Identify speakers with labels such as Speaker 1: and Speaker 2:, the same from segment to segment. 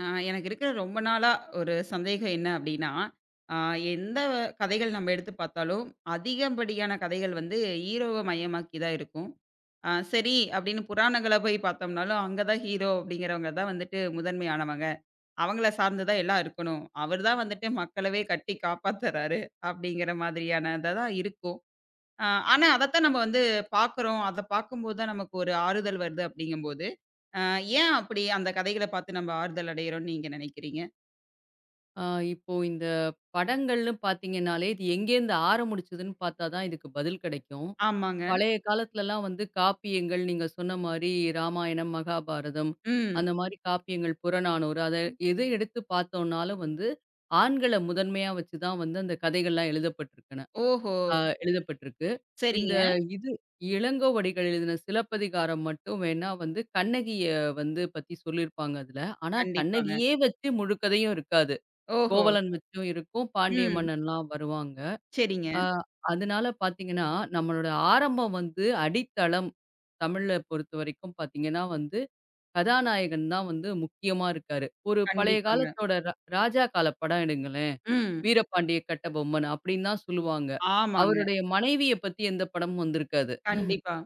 Speaker 1: ஆ, எனக்கு இருக்கிற ரொம்ப நாளா ஒரு சந்தேகம் என்ன அப்படின்னா, ஆ எந்த கதைகள் நம்ம எடுத்து பார்த்தாலும், அதிகப்படியான கதைகள் வந்து ஹீரோவ மையமாக்கி தான் இருக்கும். ஆ சரி அப்படின்னு புராணங்கள போய் பார்த்தோம்னாலும், அங்க தான் ஹீரோ அப்படிங்கிறவங்க தான் வந்துட்டு முதன்மையானவங்க. அவங்கள சார்ந்து தான் எல்லாம் இருக்கணும். அவர் தான் வந்துட்டு மக்களவே கட்டி காப்பாத்துறாரு அப்படிங்கிற மாதிரியானதா தான் இருக்கும். ஆ ஆனா அதத்தான் நம்ம வந்து பார்க்குறோம். அத பார்க்கும்போது தான் நமக்கு ஒரு ஆறுதல் வருது அப்படிங்கும்போது ஆ ஏன் அப்படி அந்த கதைகள பார்த்து நம்ம ஆறுதல் அடையிறோம்னு நீங்க நினைக்கிறீங்க?
Speaker 2: ஆ, இப்போ இந்த படங்கள்னு பார்த்தீங்கன்னாலே, இது எங்கேருந்து ஆரம்பிச்சதுன்னு பார்த்தா தான் இதுக்கு பதில் கிடைக்கும்.
Speaker 1: ஆமாங்க.
Speaker 2: பழைய காலத்துலலாம் வந்து காப்பியங்கள் நீங்க சொன்ன மாரி ராமாயணம், மகாபாரதம்
Speaker 1: ம்.
Speaker 2: அந்த மாரி காப்பியங்கள், புறநானூறு அத எது எடுத்து பார்த்தோம்னாலும் வந்து ஆண்கள முதன்மையா வச்சு தான் வந்து அந்த கதைகள்லாம் எழுதப்பட்டிருக்கன
Speaker 1: ஓஹோ!
Speaker 2: அ எழுதப்பட்டிருக்கு. இந்த
Speaker 1: சரிங்க.
Speaker 2: இது இளங்கோவடிகள் எழுதின சிலப்பதிகாரம் மட்டும் வேணா வந்து கண்ணகிய வந்து பத்தி சொல்லியிருப்பாங்க அதுல. ஆனா
Speaker 1: கண்டிப்பாங்க.
Speaker 2: கண்ணகியே வச்சு முழு கதையும் இருக்காது.
Speaker 1: ஓஹோ!
Speaker 2: கோவலன் வச்சும் இருக்கும். பாண்டிய
Speaker 1: ம்.
Speaker 2: மன்னன்லாம் வருவாங்க.
Speaker 1: சரிங்க.
Speaker 2: அ அதனால பார்த்தீங்கன்னா, நம்மளோட ஆரம்பம் வந்து அடித்தளம் தமிழ்ல பொறுத்தவரைக்கும் பார்த்தீங்கன்னா வந்து, கதாநாயகன் தான் வந்து முக்கியமா இருக்காரு. ஒரு பழைய
Speaker 1: கண்டிப்பாங்க.
Speaker 2: காலத்தோட ராஜா கால படம் எடுங்களேன்.
Speaker 1: ம்.
Speaker 2: "வீரபாண்டிய கட்டபொம்மன்" அப்படின்னு தான் சொல்லுவாங்க.
Speaker 1: ஆமாங்க.
Speaker 2: அவருடைய மனைவிய பத்தி எந்த படமும் வந்திருக்காது.
Speaker 1: கண்டிப்பா.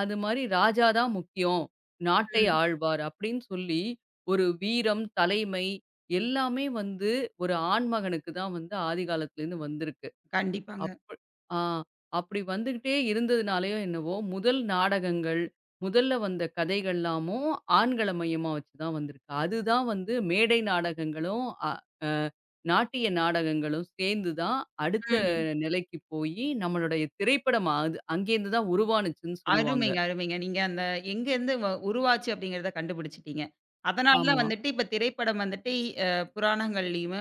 Speaker 2: அது மாரி ராஜா தான் முக்கியம். நாட்டை
Speaker 1: ம்.
Speaker 2: ஆழ்வார் அப்படின்னு சொல்லி, ஒரு வீரம், தலைமை எல்லாமே வந்து ஒரு ஆண்மகனுக்கு தான் வந்து ஆதிகாலத்துலேருந்து வந்திருக்கு.
Speaker 1: கண்டிப்பாங்க.
Speaker 2: அப்ப ஆ அப்படி வந்துகிட்டே இருந்ததுனாலயோ என்னவோ, முதல் நாடகங்கள், முதல்ல வந்த கதைகள்லாமும் ஆண்கள மையமா வச்சு தான் வந்திருக்கு. அதுதான் வந்து மேடை நாடகங்களும், அ அ நாட்டிய நாடகங்களும் சேர்ந்து தான் அடுத்த
Speaker 1: ம்.
Speaker 2: நிலைக்கு போயி, நம்மளுடைய திரைப்படம் அது அங்கேருந்து தான் உருவானுச்சுன்னு சொல்லுவாங்க.
Speaker 1: அருமைங்க, அருமைங்க. நீங்க அந்த எங்கேருந்து உருவாச்சு அப்படிங்கிறத கண்டுபிடிச்சுட்டீங்க. அதனால தான்
Speaker 2: ஆமா.
Speaker 1: வந்துட்டு இப்ப திரைப்படம் வந்துட்டு அ புராணங்கள்லயுமே,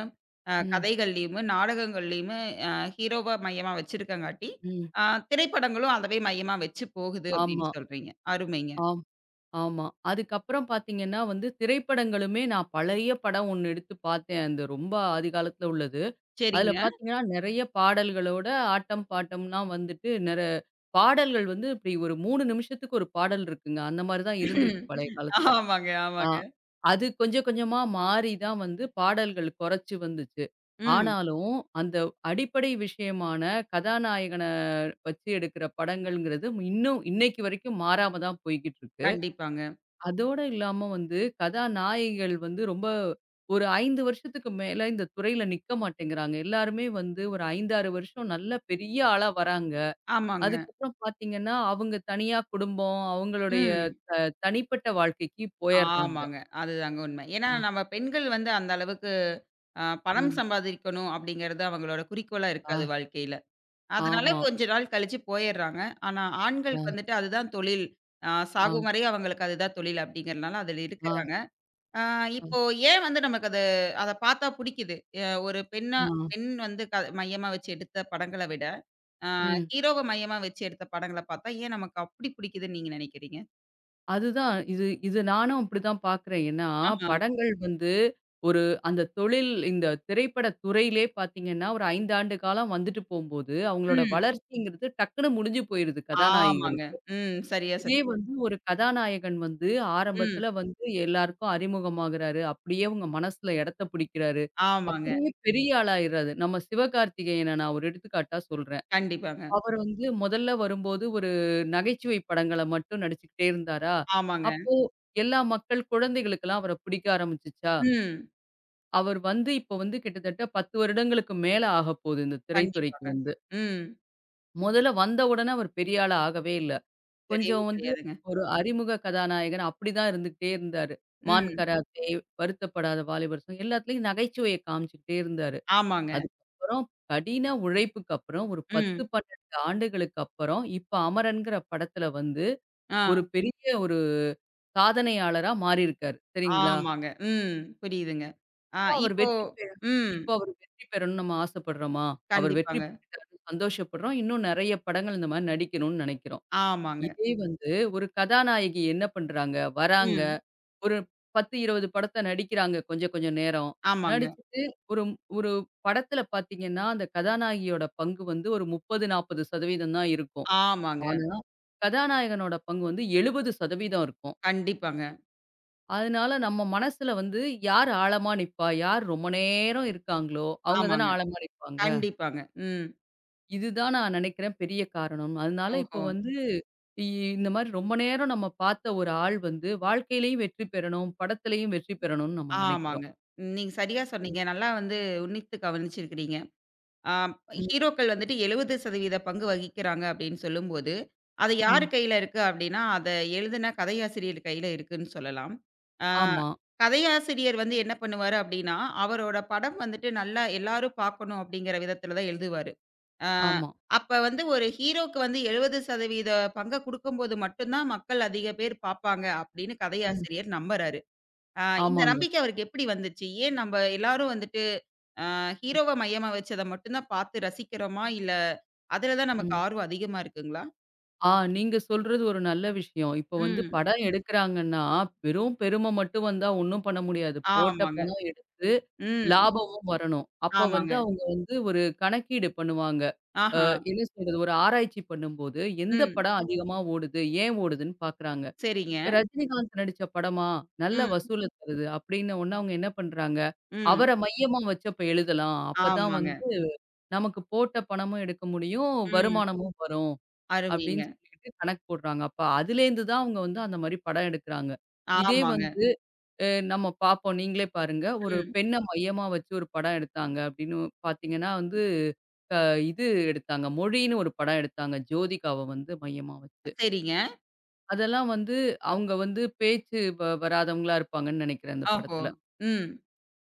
Speaker 2: ம்.
Speaker 1: கதைகள்லயுமே, நாடகங்கள்லயுமே அ ஹீரோவ மையமா வச்சிருக்கங்காட்டி,
Speaker 2: ம்.
Speaker 1: அ திரைப்படங்களும் அதவே மையமா வச்சு போகுது அப்படின்னு
Speaker 2: ஆமா.
Speaker 1: சொல்றீங்க. அருமைங்க.
Speaker 2: ஆம். ஆமா. அதுக்கப்புறம் பார்த்தீங்கன்னா வந்து, திரைப்படங்களுமே நான் பழைய படம் ஒண்ணு எடுத்து பார்த்தேன். அந்த ரொம்ப ஆதிகாலத்துல உள்ளது. அதுல
Speaker 1: சரிங்க.
Speaker 2: பார்த்தீங்கன்னா, நெறைய பாடல்களோட ஆட்டம், பாட்டம்லாம் வந்துட்டு நெற பாடல்கள் வந்து இப்டி ஒரு 3 நிமிஷத்துக்கு ஒரு பாடல் இருக்குங்க. அந்த மாரி தான் இருந்திருக்கு பழைய காலத்துல.
Speaker 1: ஆமாங்க,
Speaker 2: ஆ.
Speaker 1: ஆமாங்க.
Speaker 2: அது கொஞ்சம் கொஞ்சமா மாறி தான் வந்து பாடல்கள் குறைச்சு வந்துச்சு.
Speaker 1: ம்.
Speaker 2: ஆனாலும், அந்த அடிப்படை விஷயமான கதாநாயகன வச்சு எடுக்கிற படங்கள்ங்கிறது இன்னும் இன்னைக்கு வரைக்கும் மாறாம தான் போய்க்கிட்டு இருக்கு.
Speaker 1: கண்டிப்பாங்க.
Speaker 2: அதோட இல்லாம வந்து கதாநாயகிகள் வந்து ரொம்ப ஒரு 5 வருஷத்துக்கு மேல இந்த துறையில நிக்க மாட்டேங்கிறாங்க. எல்லாருமே வந்து ஒரு 5, 6 வருஷம் நல்ல பெரிய ஆளா வராங்க.
Speaker 1: ஆமாங்க.
Speaker 2: அதுக்கப்புறம் பார்த்தீங்கன்னா, அவங்க தனியா குடும்பம், அவங்களுடைய
Speaker 1: ம்.
Speaker 2: த தனிப்பட்ட வாழ்க்கைக்கு போயர்றாங்க.
Speaker 1: ஆமாங்க. அதுதாங்க உண்மை. ஏன்னா
Speaker 2: ஆ.
Speaker 1: நம்ம பெண்கள் வந்து அந்த அளவுக்கு பணம்
Speaker 2: ம்.
Speaker 1: சம்பாதிக்கணும் அப்படிங்கிறது அவங்களோட குறிக்கோளா இருக்காது
Speaker 2: ஆ,
Speaker 1: வாழ்க்கையில. அதனால
Speaker 2: ஆமா.
Speaker 1: கொஞ்ச நாள் கழிச்சு போயிர்றாங்க. ஆனா, ஆண்களுக்கு
Speaker 2: ஆ,
Speaker 1: வந்துட்டு அதுதான் தொழில்.
Speaker 2: ஆ,
Speaker 1: சாகும் வரை அவங்களுக்கு அதுதான் தொழில் அப்படிங்கிறனால அதுல
Speaker 2: ஆ,
Speaker 1: இருக்குறாங்க. அ
Speaker 2: ஆ,
Speaker 1: இப்போ ஏன் வந்து நமக்கு அது அத பார்த்தா புடிக்குது? ஒரு பெண்ணா
Speaker 2: ஆ,
Speaker 1: பெண் வந்து மையமா வச்சு எடுத்த படங்கள விட, அ
Speaker 2: ம்.
Speaker 1: ஹீரோவ மையமா வச்சு எடுத்த படங்கள பார்த்தா ஏன் நமக்கு அப்படி பிடிக்குதுன்னு நீங்க நினைக்கிறீங்க?
Speaker 2: அதுதான். இது இது நானும் அப்படிதான் பார்க்குறேன். ஏன்னா,
Speaker 1: ஆஹா.
Speaker 2: படங்கள் வந்து ஒரு அந்த தொழில் இந்த திரைப்பட துறையிலே பார்த்தீங்கன்னா, ஒரு 5 ஆண்டு காலம் வந்துட்டு போம்போது, அவங்களோட
Speaker 1: ம்.
Speaker 2: வளர்ச்சிங்கிறது டக்குனு முடிஞ்சு போயிருது
Speaker 1: ஆமாங்க.
Speaker 2: கதாநாயகிகளுக்கு.
Speaker 1: ம். சரியா
Speaker 2: இதே
Speaker 1: சொன்னீங்க.
Speaker 2: வந்து ஒரு கதாநாயகன் வந்து
Speaker 1: ம்.
Speaker 2: ஆரம்பத்தில வந்து எல்லாருக்கும் அறிமுகமாகுறாரு. அப்படியே அவங்க மனசுல இடத்த பிடிக்கிறாரு.
Speaker 1: ஆமாங்க.
Speaker 2: அப்படியே பெரிய ஆளாயிறாரு. நம்ம சிவகார்த்திகேயன நான் ஒரு எடுத்துக்காட்டா சொல்றேன்.
Speaker 1: கண்டிப்பாங்க.
Speaker 2: அவர் வந்து முதல்ல வரும்போது ஒரு நகைச்சுவை படங்கள மட்டும் நடிச்சுக்கிட்டே இருந்தாரா,
Speaker 1: ஆமாங்க.
Speaker 2: அப்போ எல்லா மக்கள் குழந்தைகளுக்கெல்லாம் அவர பிடிக்க ஆரம்பிச்சுச்சா,
Speaker 1: ம்.
Speaker 2: அவர் வந்து இப்ப வந்து கிட்டத்தட்ட 10 வருடங்களுக்கு மேல ஆகப்போகுது இந்த திரைத்துறைக்கு
Speaker 1: கண்டிப்பாங்க.
Speaker 2: வந்து.
Speaker 1: ம்.
Speaker 2: முதல்ல வந்த உடனே அவர் பெரிய ஆளா ஆகவே இல்ல.
Speaker 1: கிடையவே
Speaker 2: கொஞ்சம் வந்து
Speaker 1: கிடையாதுங்க.
Speaker 2: ஒரு அறிமுக கதாநாயகன் அப்படிதான் இருந்துகிட்டே இருந்தாரு. மான்
Speaker 1: ம்.
Speaker 2: கராத்தே, வருத்தப்படாத வாலிபர் சங்கம் எல்லாத்துலயும் நகைச்சுவைய காமிச்சுக்கிட்டே இருந்தாரு.
Speaker 1: ஆமாங்க.
Speaker 2: அதுக்கப்புறம் கடின உழைப்புக்கு அப்புறம் ஒரு 10,
Speaker 1: ம்.
Speaker 2: 12 ஆண்டுகளுக்கு அப்புறம், இப்ப அமரன்ங்கிற படத்துல வந்து
Speaker 1: ஆ.
Speaker 2: ஒரு பெரிய ஒரு சாதனையாளரா மாறியிருக்காரு. சரிங்களா?
Speaker 1: ஆமாங்க. ம். புரியுதுங்க. ஆ
Speaker 2: இப்ப அவர்
Speaker 1: இப்போ
Speaker 2: வெற்றி பெற
Speaker 1: ம்.
Speaker 2: இப்ப அவர் வெற்றி பெறணும்னு நம்ம ஆசைப்படுறோமா? அவர் வெற்றி
Speaker 1: கண்டிப்பாங்க.
Speaker 2: பெற்றுட்டாருன்னு சந்தோஷப்படுறோம். இன்னும் நெறைய படங்கள் இந்த மாரி நடிக்கணும்னு நெனைக்கிறோம்.
Speaker 1: ஆமாங்க.
Speaker 2: இதே வந்து ஒரு கதாநாயகி என்ன பண்றாங்க? வராங்க.
Speaker 1: ம்.
Speaker 2: ஒரு 10, 20 படத்த நடிக்கிறாங்க கொஞ்சம் கொஞ்சம் நேரம்.
Speaker 1: ஆமாங்க.
Speaker 2: நடிச்சுட்டு ஒரு ஒரு படத்துல பார்த்தீங்கன்னா, அந்த கதாநாயகியோட பங்கு வந்து ஒரு 30, 40% தான் இருக்கும்.
Speaker 1: ஆமாங்க.
Speaker 2: ஆனா, கதாநாயகனோட பங்கு வந்து 70% இருக்கும்.
Speaker 1: கண்டிப்பாங்க.
Speaker 2: அதனால நம்ம மனசுல வந்து யார் ஆழமா நிப்பா? யார் ரொம்ப நேரம் இருக்காங்களோ, அவங்க தானே
Speaker 1: ஆமாங்க.
Speaker 2: ஆழமா நிப்பாங்க.
Speaker 1: கண்டிப்பாங்க. ம்.
Speaker 2: இதுதான் நான் நினைக்கிறேன் பெரிய காரணம். அதனால இப்போ
Speaker 1: ஓஹோ!
Speaker 2: வந்து இ இந்த மாரி ரொம்ப நேரம் நம்ம பார்த்த ஒரு ஆள் வந்து வாழ்க்கையிலயும் வெற்றி பெறணும், படத்துலயும் வெற்றி பெறணும்னு நம்ம நினைக்கிறோம்.
Speaker 1: ஆமாங்க. நீங்க சரியா சொன்னீங்க. நல்லா வந்து உன்னித்து கவனிச்சிருக்கிறீங்க. ஆ
Speaker 2: ம்.
Speaker 1: ஹீரோக்கள் வந்துட்டு 70% பங்கு வகிக்கிறாங்க அப்படின்னு சொல்லும்போது, அது யார்
Speaker 2: ம்.
Speaker 1: கையில இருக்கு அப்படின்னா, அத எழுதுன கதையாசிரியர் கையில இருக்குன்னு சொல்லலாம். ஆ ம்.
Speaker 2: ஆமா,
Speaker 1: கதையாசிரியர் வந்து என்ன பண்ணுவாரு அப்படின்னா, அவரோட படம் வந்துட்டு நல்லா எல்லாரும் பார்க்கணும் அப்படிங்கிற விதத்தில தான் எழுதுவாரு. ஆ ம்.
Speaker 2: ஆமா.
Speaker 1: அப்ப வந்து ஒரு ஹீரோக்கு வந்து 70% பங்க குடுக்கும்போது மட்டும் தான் மக்கள் அதிக பேர் பார்ப்பாங்க அப்படின்னு ம்.
Speaker 2: ம்.
Speaker 1: கதையாசிரியர் நம்புறாரு. ஆ இந்த ம்.
Speaker 2: ஆமாங்க.
Speaker 1: நம்பிக்கை அவருக்கு எப்படி வந்துச்சு? ஏன் நம்ப எல்லாரும் வந்துட்டு ஹீரோவ மையமா வச்சு அத மட்டும் தான் பார்த்து ரசிக்கிறோமா? இல்ல அதுல தான் நமக்கு
Speaker 2: ம்.
Speaker 1: ஆர்வம் அதிகமா இருக்குங்களா?
Speaker 2: நீங்க சொல்றது ஒரு நல்ல விஷயம். இப்ப வந்து
Speaker 1: ம்.
Speaker 2: படம் எடுக்குறாங்கன்னா, வெறும் பெரும மட்டும் வந்தா ஒண்ணும் பண்ண முடியாது. போட்ட
Speaker 1: ஆமாங்க.
Speaker 2: பணம் எடுத்து,
Speaker 1: ம்.
Speaker 2: லாபமும் வரணும். அப்ப வந்து
Speaker 1: ஆமாங்க.
Speaker 2: அவங்க வந்து ஒரு கணக்கீடு பண்ணுவாங்க.
Speaker 1: ஆஹா.
Speaker 2: என்ன சொல்றது? ஒரு ஆராய்ச்சி பண்ணும்போது, எந்த
Speaker 1: ம்.
Speaker 2: படம் அதிகமா ஓடுது? ஏன் ஓடுதுன்னு பாக்குறாங்க.
Speaker 1: சரிங்க.
Speaker 2: ரஜினிகாந்த் நடிச்ச படமா? நல்ல
Speaker 1: ம்.
Speaker 2: வசூல தருது. அப்படின்ன உடனே அவங்க என்ன பண்றாங்க?
Speaker 1: ம்.
Speaker 2: அவர மையமா வச்சு அப்ப எழுதலாம். அப்பதான்
Speaker 1: ஆமாங்க.
Speaker 2: வந்து நமக்கு போட்ட பணமும் எடுக்க முடியும்,
Speaker 1: ம்.
Speaker 2: வருமானமும் வரும்
Speaker 1: அருமைங்க.
Speaker 2: அப்படின்னு சொல்லிட்டு கணக்கு போடுறாங்க. அப்ப அதுலேருந்து தான் அவங்க வந்து அந்த மாரி படம் எடுக்குறாங்க. இதே
Speaker 1: ஆமாங்க.
Speaker 2: வந்து நம்ம பார்ப்போம் நீங்களே பாருங்க. ஒரு
Speaker 1: ம்.
Speaker 2: பெண்ண மையமா வச்சு ஒரு படம் எடுத்தாங்க அப்படின்னு பார்த்தீங்கன்னா வந்து, அ இது எடுத்தாங்க. மொழின்னு ஒரு படம் எடுத்தாங்க. ஜோதிகாவ வந்து மையமா வச்சு.
Speaker 1: சரிங்க.
Speaker 2: அதெல்லாம் வந்து அவங்க வந்து பேச்சு வ வராதவங்களா இருப்பாங்கன்னு நெனைக்கிறேன் அந்த
Speaker 1: ஓஹோ!
Speaker 2: படத்துல.
Speaker 1: ம்.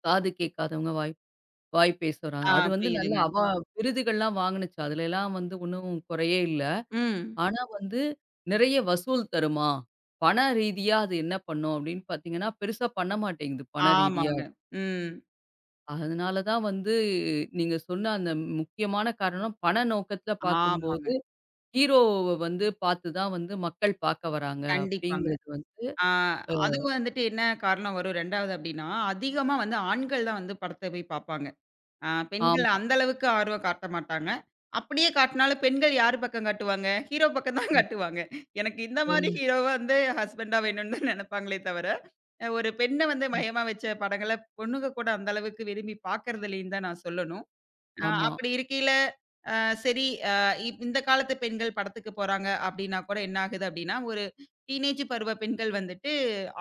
Speaker 2: காது கேட்காதவங்க, வாய் வாய் பேசுறாங்க.
Speaker 1: ஆ
Speaker 2: அது வந்து நல்ல
Speaker 1: புரியுதுங்க.
Speaker 2: அவா விருதுகள்லாம் வாங்குனுச்சு. அதுலலாம் வந்து ஒண்ணும் குறையே இல்ல.
Speaker 1: ம்.
Speaker 2: ஆனா வந்து நிறைய வசூல் தருமா? பண ரீதியா அது என்ன பண்ணும் அப்படின்னு பார்த்தீங்கன்னா, பெருசா பண்ண மாட்டேங்குது பண ரீதியா.
Speaker 1: ஆமாங்க. ம்.
Speaker 2: அதனால தான் வந்து நீங்க சொன்ன அந்த முக்கியமான காரணம் பண நோக்கத்துல
Speaker 1: ஆமாங்க.
Speaker 2: பார்க்கும்போது, ஹீரோவ வந்து பார்த்து தான் வந்து மக்கள் பார்க்க வராங்க
Speaker 1: கண்டிப்பாங்க.
Speaker 2: அப்படிங்கிறது வந்து
Speaker 1: ஆ அதுவும் வந்துட்டு என்ன காரணம் வரும் 2வது அப்டின்னா, அதிகமா வந்து ஆண்கள் தான் வந்து படத்த போய் பார்ப்பாங்க. ஆ பெண்கள்
Speaker 2: ஆமா.
Speaker 1: அந்த அளவுக்கு ஆர்வம் காட்ட மாட்டாங்க. அப்படியே காட்டினாலும் பெண்கள் யார் பக்கம் காட்டுவாங்க? ஹீரோ பக்கம் தான்
Speaker 2: ம்
Speaker 1: காட்டுவாங்க. எனக்கு இந்த மாரி
Speaker 2: சரியா
Speaker 1: ஹீரோவ வந்து ஹஸ்பண்டா வேணும்னு தான் நெனப்பாங்களே தவிர, ஒரு பெண்ண வந்து
Speaker 2: ம்.
Speaker 1: மையமா வச்ச படங்கள பொண்ணுங்க கூட அந்த அளவுக்கு விரும்பி பார்க்கறதில்லைன்னு தான் நான் சொல்லணும்.
Speaker 2: ஆமா.
Speaker 1: அப்படி இருக்கையில சரி, இந்த காலத்து பெண்கள் படத்துக்கு போறாங்க அப்டின்னா கூட என்ன ஆகுது அப்டின்னா, ஒரு டீனேஜ் பருவ பெண்கள் வந்துட்டு,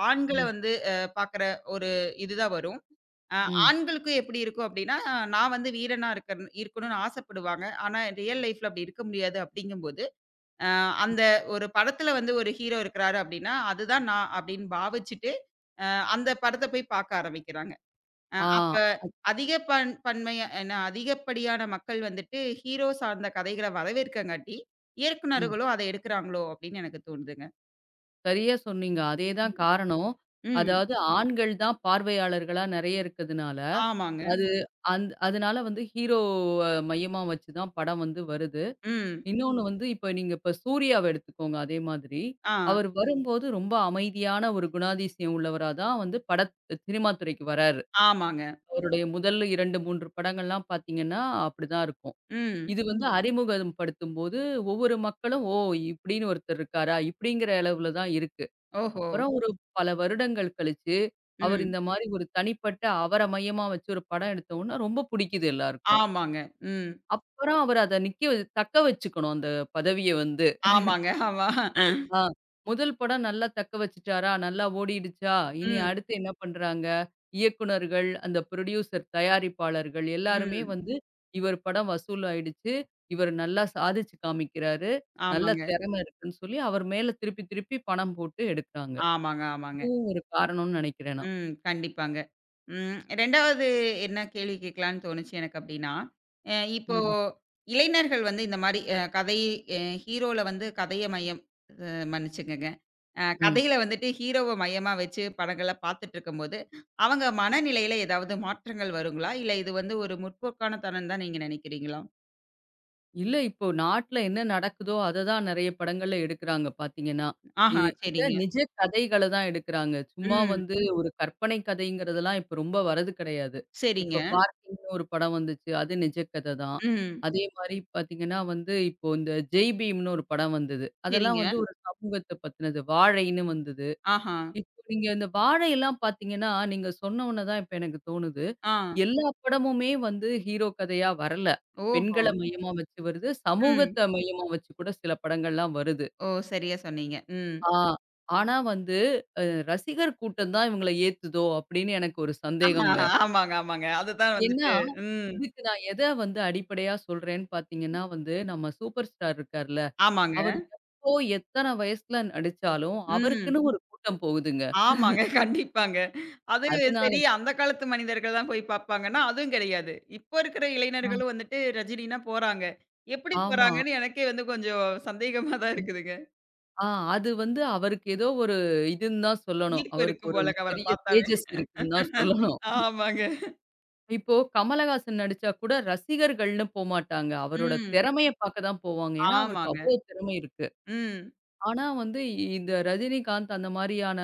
Speaker 1: ஆண்கள
Speaker 2: ம்.
Speaker 1: வந்து பாக்குற ஒரு இதுதான் வரும். அ
Speaker 2: ம்.
Speaker 1: ஆண்களுக்கு எப்டி இருக்கும் அப்டின்னா, நான் வந்து வீரனா இருக்கணும்னு ஆசைப்படுவாங்க. ஆனா ரியல் லைஃப்ல அப்டி இருக்க முடியாது அப்டிங்கும்போது, அ அந்த ஒரு படத்துல வந்து ஒரு ஹீரோ இருக்கிறாரு அப்டின்னா, அதுதான் நான் அப்டின்னு பாவிச்சுட்டு, அ அந்த படத்த போய் பாக்க ஆரம்பிக்கிறாங்க.
Speaker 2: ஆ.
Speaker 1: அப்ப அதிக பன்மையா ஏன்னா அதிகப்படியான மக்கள் வந்துட்டு ஹீரோ சார்ந்த கதைகள வரவேற்கங்காட்டி,
Speaker 2: ம்.
Speaker 1: இயக்குனர்களும் அத எடுக்குறாங்களோ! அப்டின்னு எனக்கு தோணுதுங்க.
Speaker 2: சரியா சொன்னீங்க. அதே தான் காரணம்.
Speaker 1: ம்.
Speaker 2: அதாவது ஆண்கள் தான் பார்வையாளர்களா நெறைய இருக்கிறதுனால,
Speaker 1: ஆமாங்க.
Speaker 2: அது அந் அதனால வந்து ஹீரோவ மையமா வச்சு தான் படம் வந்து வருது.
Speaker 1: ம்.
Speaker 2: இன்னொன்னு வந்து இப்ப நீங்க இப்ப சூர்யாவ எடுத்துக்கோங்க அதே மாதிரி.
Speaker 1: ஆ.
Speaker 2: அவர் வரும்போது ரொம்ப அமைதியான ஒரு குணாதிசயம் உள்ளவரா தான் வந்து சினிமா துறைக்கு வராரு.
Speaker 1: ஆமாங்க.
Speaker 2: அவருடைய முதல் 2, 3 படங்கள்லாம் பார்த்தீங்கன்னா, அப்படிதான் இருக்கும்.
Speaker 1: ம்.
Speaker 2: இது வந்து அறிமுகம் படுத்தும்போது, ஒவ்வொரு மக்களும், "ஓ! இப்படின்னு ஒருத்தர் இருக்காரா?" இப்படிங்கிற அளவுல தான் இருக்கு.
Speaker 1: ஓஹோ!
Speaker 2: அப்புறம் ஒரு பல வருடங்கள் கழிச்சு, அவர்
Speaker 1: ம்.
Speaker 2: இந்த மாரி ஒரு தனிப்பட்ட அவர மையமா வச்சு ஒரு படம் எடுத்த உடனே ரொம்ப புடிக்குது எல்லாருக்கும்.
Speaker 1: ஆமாங்க. ம்.
Speaker 2: அப்புறம் அவரு அத நிக்க வ தக்க வச்சுக்கணும் அந்த பதவிய வந்து.
Speaker 1: ஆமாங்க. ஆமா.
Speaker 2: ஆ முதல் படம் நல்லா தக்க வச்சுட்டாரா, நல்லா ஓடிடுச்சா, இனி
Speaker 1: ம்.
Speaker 2: அடுத்து என்ன பண்றாங்க, இயக்குனர்கள், அந்த புரொடியூசர், தயாரிப்பாளர்கள் எல்லாருமே
Speaker 1: ம்.
Speaker 2: வந்து இவர் படம் வசூல் ஆயிடுச்சு, இவர் நல்லா சாதிச்சு காமிக்கிறாரு, நல்ல
Speaker 1: ஆமாங்க.
Speaker 2: திறமை இருக்குன்னு சொல்லி அவர் மேல திருப்பி திருப்பி பணம் போட்டு எடுக்குறாங்க.
Speaker 1: ஆமாங்க, ஆமாங்க.
Speaker 2: இதுவும் ஒரு காரணம்னு நெனைக்கிறேன் நான்.
Speaker 1: ம். கண்டிப்பாங்க. ம் 2வது என்ன கேள்வி கேட்கலான்னு தோணுச்சு எனக்கு அப்டின்னா, இப்போ
Speaker 2: ம்.
Speaker 1: இளைஞர்கள் வந்து இந்த மாரி கதை அ ஹீரோல வந்து கதைய மையம் மன்னிச்சுக்கங்க.
Speaker 2: ம்.
Speaker 1: கதையில வந்துட்டு ஹீரோவ மையமா வச்சு படங்கள பார்த்துட்டுருக்கும்போது, அவங்க மனநிலையில ஏதாவது மாற்றங்கள் வருங்களா? இல்ல இது வந்து ஒரு முற்போக்கான தனம் தான் நீங்க நினைக்கிறீங்களா?
Speaker 2: இல்ல இப்போ நாட்ல என்ன நடக்குதோ, அத தான் நெறைய படங்கள்ல எடுக்குறாங்க பார்த்தீங்கன்னா. இ
Speaker 1: ஆஹா!
Speaker 2: இல்ல
Speaker 1: சரிங்க.
Speaker 2: நிஜ கதைகள தான் எடுக்குறாங்க. சும்மா
Speaker 1: ம்.
Speaker 2: வந்து ஒரு கற்பனை கதைங்கிறதெல்லாம் இப்ப ரொம்ப வரது கிடையாது.
Speaker 1: சரிங்க.
Speaker 2: இப்ப பார்க்கிங்னு ஒரு படம் வந்துச்சு. அது நிஜ கத தான்.
Speaker 1: ம்.
Speaker 2: அதே மாரி பார்த்தீங்கன்னா வந்து இப்போ இந்த ஜெய் பீம்னு ஒரு படம் வந்தது. அதெல்லாம்
Speaker 1: சரிங்க.
Speaker 2: வந்து ஒரு சமூகத்த பத்தினது. வாழைன்னு வந்தது.
Speaker 1: ஆஹா!
Speaker 2: இப்போ நீங்க இந்த வாழையெல்லாம் பார்த்தீங்கன்னா, நீங்க சொன்ன உடனே தான் இப்ப எனக்கு தோணுது.
Speaker 1: ஆ.
Speaker 2: எல்லா படமுமே வந்து ஹீரோ கதையா வரல.
Speaker 1: ஓஹோ!
Speaker 2: பெண்கள மையமா வச்சு வருது.
Speaker 1: ம்.
Speaker 2: சமூகத்த மையமா வச்சு கூட சில படங்கள்லாம் வருது.
Speaker 1: ஓ! சரியா சொன்னீங்க. ம்.
Speaker 2: ஆ ஆனா வந்து அ ரசிகர் கூட்டம் தான் இவங்கள ஏத்துதோ! அப்படின்னு எனக்கு ஒரு
Speaker 1: ஆஹா,
Speaker 2: சந்தேகங்க.
Speaker 1: ஆமாங்க, ஆமாங்க. அதுதான்
Speaker 2: ஏன்னா,
Speaker 1: வந்துட்டு ம்.
Speaker 2: இதுக்கு நான் எத வந்து அடிப்படையா சொல்றேன்னு பார்த்தீங்கன்னா வந்து, நம்ம சூப்பர் ஸ்டார் இருக்கார்ல,
Speaker 1: ஆமாங்க.
Speaker 2: அவர் எப்போ எத்தன வயசுல நடிச்சாலும்,
Speaker 1: ம்.
Speaker 2: அவருக்குன்னு ஒரு கூட்டம் போகுதுங்க.
Speaker 1: ஆமாங்க. கண்டிப்பாங்க. அது
Speaker 2: அதனால
Speaker 1: சரி அந்த காலத்து மனிதர்கள் தான் போய் பார்ப்பாங்கன்னா, அதுவும் கிடையாது. இப்போ இருக்கிற
Speaker 2: தான்
Speaker 1: இளைஞர்களும் வந்துட்டு ரஜினின்னா போறாங்க. எப்படி
Speaker 2: ஆமா.
Speaker 1: போறாங்கன்னு எனக்கே வந்து கொஞ்சம் சந்தேகமா தான் இருக்குதுங்க.
Speaker 2: ஆ அது வந்து அவருக்கு ஏதோ ஒரு இதுன்னு தான் சொல்லணும்.
Speaker 1: ஈர்ப்பு
Speaker 2: அவருக்கு
Speaker 1: இருக்கும்
Speaker 2: ஒரு
Speaker 1: போலங்க அவர
Speaker 2: பெரிய
Speaker 1: பார்த்தாவே.
Speaker 2: தேஜஸ் இருக்குன்னு தான் சொல்லணும்.
Speaker 1: ஆமாங்க.
Speaker 2: இப்போ கமலஹாசன் நடிச்சா கூட ரசிகர்கள்ன்னு போமாட்டாங்க. அவரோட
Speaker 1: ம்.
Speaker 2: திறமைய பார்க்க தான் போவாங்க. ஏன்னா, அவருக்கு
Speaker 1: ஆமாங்க.
Speaker 2: அவ்ளோ திறமை இருக்கு.
Speaker 1: ம்.
Speaker 2: ஆனா வந்து இந்த ரஜினிகாந்த் அந்த மாரியான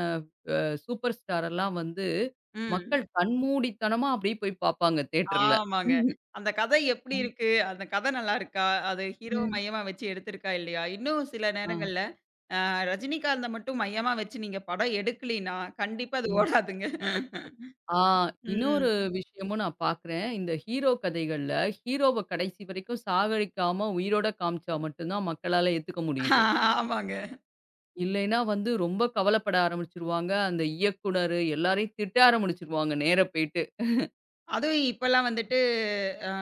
Speaker 2: சூப்பர் ஸ்டார் எல்லாம் வந்து
Speaker 1: ம்.
Speaker 2: மக்கள் கண்மூடித்தனமா அப்படியே போய் பார்ப்பாங்க தியேட்டர்ல.
Speaker 1: ஆமாங்க.
Speaker 2: ம்.
Speaker 1: அந்த கதை எப்படி
Speaker 2: ஆ.
Speaker 1: இருக்கு? அந்த கதை நல்லா இருக்கா? அது ஹீரோ
Speaker 2: ம்.
Speaker 1: மையமா வச்சு எடுத்திருக்கா இல்லையா? இன்னும் சில
Speaker 2: ஆ.
Speaker 1: நேரங்கள்ல ரஜினிகாந்த மட்டும் மையமா வச்சு நீங்க படம் எடுக்கலின்னா, கண்டிப்பா அது
Speaker 2: ம்.
Speaker 1: ஓடாதுங்க.
Speaker 2: ஆ இன்னொரு
Speaker 1: ம்.
Speaker 2: விஷயமும் நான் பார்க்குறேன். இந்த ஹீரோ கதைகள்ல, ஹீரோவ கடைசி வரைக்கும் சாகடிக்காம உயிரோட காமிச்சா மட்டும் தான் மக்களால ஏத்துக்க
Speaker 1: ஆ,
Speaker 2: முடியுது.
Speaker 1: ஆமாங்க.
Speaker 2: இல்லைன்னா வந்து ரொம்ப கவலைப்பட ஆரம்பிச்சுருவாங்க. அந்த இயக்குனரு எல்லாரையும் திட்ட ஆரம்பிச்சுருவாங்க நேரா போயிட்டு.
Speaker 1: அதுவும் இப்பலாம் வந்துட்டு அ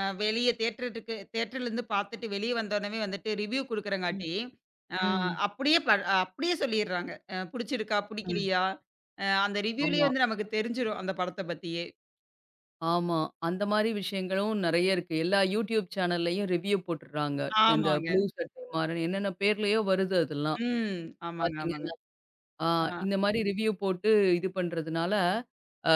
Speaker 1: அ வெளிய தியேட்டருக்கு தியேட்டர்லேருந்து பார்த்துட்டு வெளிய வந்தோனவே வந்துட்டு ரிவ்யூ
Speaker 2: ம்.
Speaker 1: குடுக்குறங்காட்டி, அ
Speaker 2: ம்.
Speaker 1: அப்படியே அப்படியே சொல்லிர்றாங்க. புடிச்சிருக்கா?
Speaker 2: அ.
Speaker 1: புடிக்கலியா? அந்த ரிவ்யூலயே
Speaker 2: ஆமா,
Speaker 1: வந்து நமக்கு தெரிஞ்சிரும் அந்த படத்த பத்தியே.
Speaker 2: ஆமா. அந்த மாரி விஷயங்களும் நெறைய இருக்கு. எல்லா YouTube சேனல்லயும் ரிவ்யூ போட்டுடுறாங்க. இந்த
Speaker 1: ஆமாங்க.
Speaker 2: ப்ளூ சட்டை மாறன் என்னென்ன பேர்லயோ வருது அதெல்லாம்.
Speaker 1: ம். ஆமாங்க, ஆமாங்க.
Speaker 2: பார்த்தீங்கன்னா ஆ
Speaker 1: ஆ
Speaker 2: இந்த மாரி ரிவ்யூ போட்டு இது பண்றதுனால, அ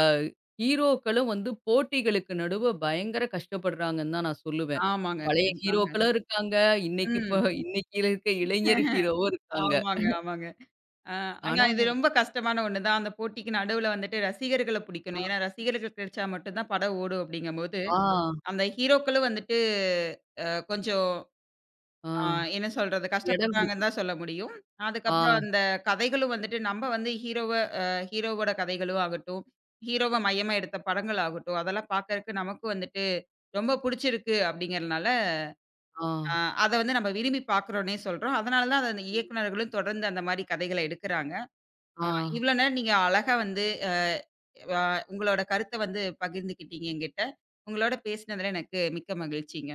Speaker 2: ஹீரோக்களும் வந்து போட்டிகளுக்கு நடுவ பயங்கர கஷ்டப்படுறாங்கன்னு தான் நான் சொல்லுவேன்.
Speaker 1: ஆமாங்க.
Speaker 2: பழைய
Speaker 1: கண்டிப்பாங்க.
Speaker 2: ஹீரோக்களும் இருக்காங்க. இன்னைக்கு இப்ப
Speaker 1: ம்.
Speaker 2: இன்னைக்கு இருக்க இளைஞர் ஹீரோவும் இருக்காங்க.
Speaker 1: ஆமாங்க, ஆமாங்க. ஆ, ஆனா
Speaker 2: ஆனா
Speaker 1: இது ரொம்ப கஷ்டமான ஒண்ணு தான். அந்த போட்டிக்கு நடுவுல வந்துட்டு ரசிகர்கள
Speaker 2: ஆ,
Speaker 1: புடிக்கணும். ஏன்னா ரசிகர்கள் கிடைச்சா மட்டும் தான் படம் ஓடும் அப்படிங்கும்போது,
Speaker 2: ஆ,
Speaker 1: அந்த ஹீரோக்களும் வந்துட்டு கொஞ்சம்
Speaker 2: ஆ
Speaker 1: அ என்ன சொல்றது?
Speaker 2: இடம்
Speaker 1: கஷ்டப்படுறாங்கன்னு
Speaker 2: குடுக்கணும்.
Speaker 1: தான் சொல்ல முடியும். அதுக்கப்புறம்
Speaker 2: ஆ,
Speaker 1: அந்த கதைகளும் வந்துட்டு நம்ம வந்து ஹீரோவ அ ஹீரோவோட கதைகளும் ஆகட்டும், ஹீரோவ மையமா எடுத்த படங்கள் ஆகட்டும், அதெல்லாம் பார்க்கறக்கு நமக்கும் வந்துட்டு ரொம்ப புடிச்சிருக்கு அப்படிங்கிறனால,
Speaker 2: ஆ,
Speaker 1: அ அத வந்து நம்ம விரும்பி பார்க்குறோம்ன்னே சொல்றோம். அதனால தான் அத அந்த இயக்குனர்களும் தொடர்ந்து அந்த மாரி கதைகள எடுக்குறாங்க.
Speaker 2: ஆ.
Speaker 1: ஆ இவ்வளோ நேரம் நீங்க அழகா வந்து அ அ உங்களோட கருத்த வந்து பகிர்ந்துக்கிட்டீங்க என்கிட்ட. உங்களோட பேசினதுல எனக்கு மிக்க மகிழ்ச்சிங்க.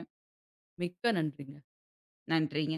Speaker 2: மிக்க நன்றிங்க.
Speaker 1: நன்றிங்க.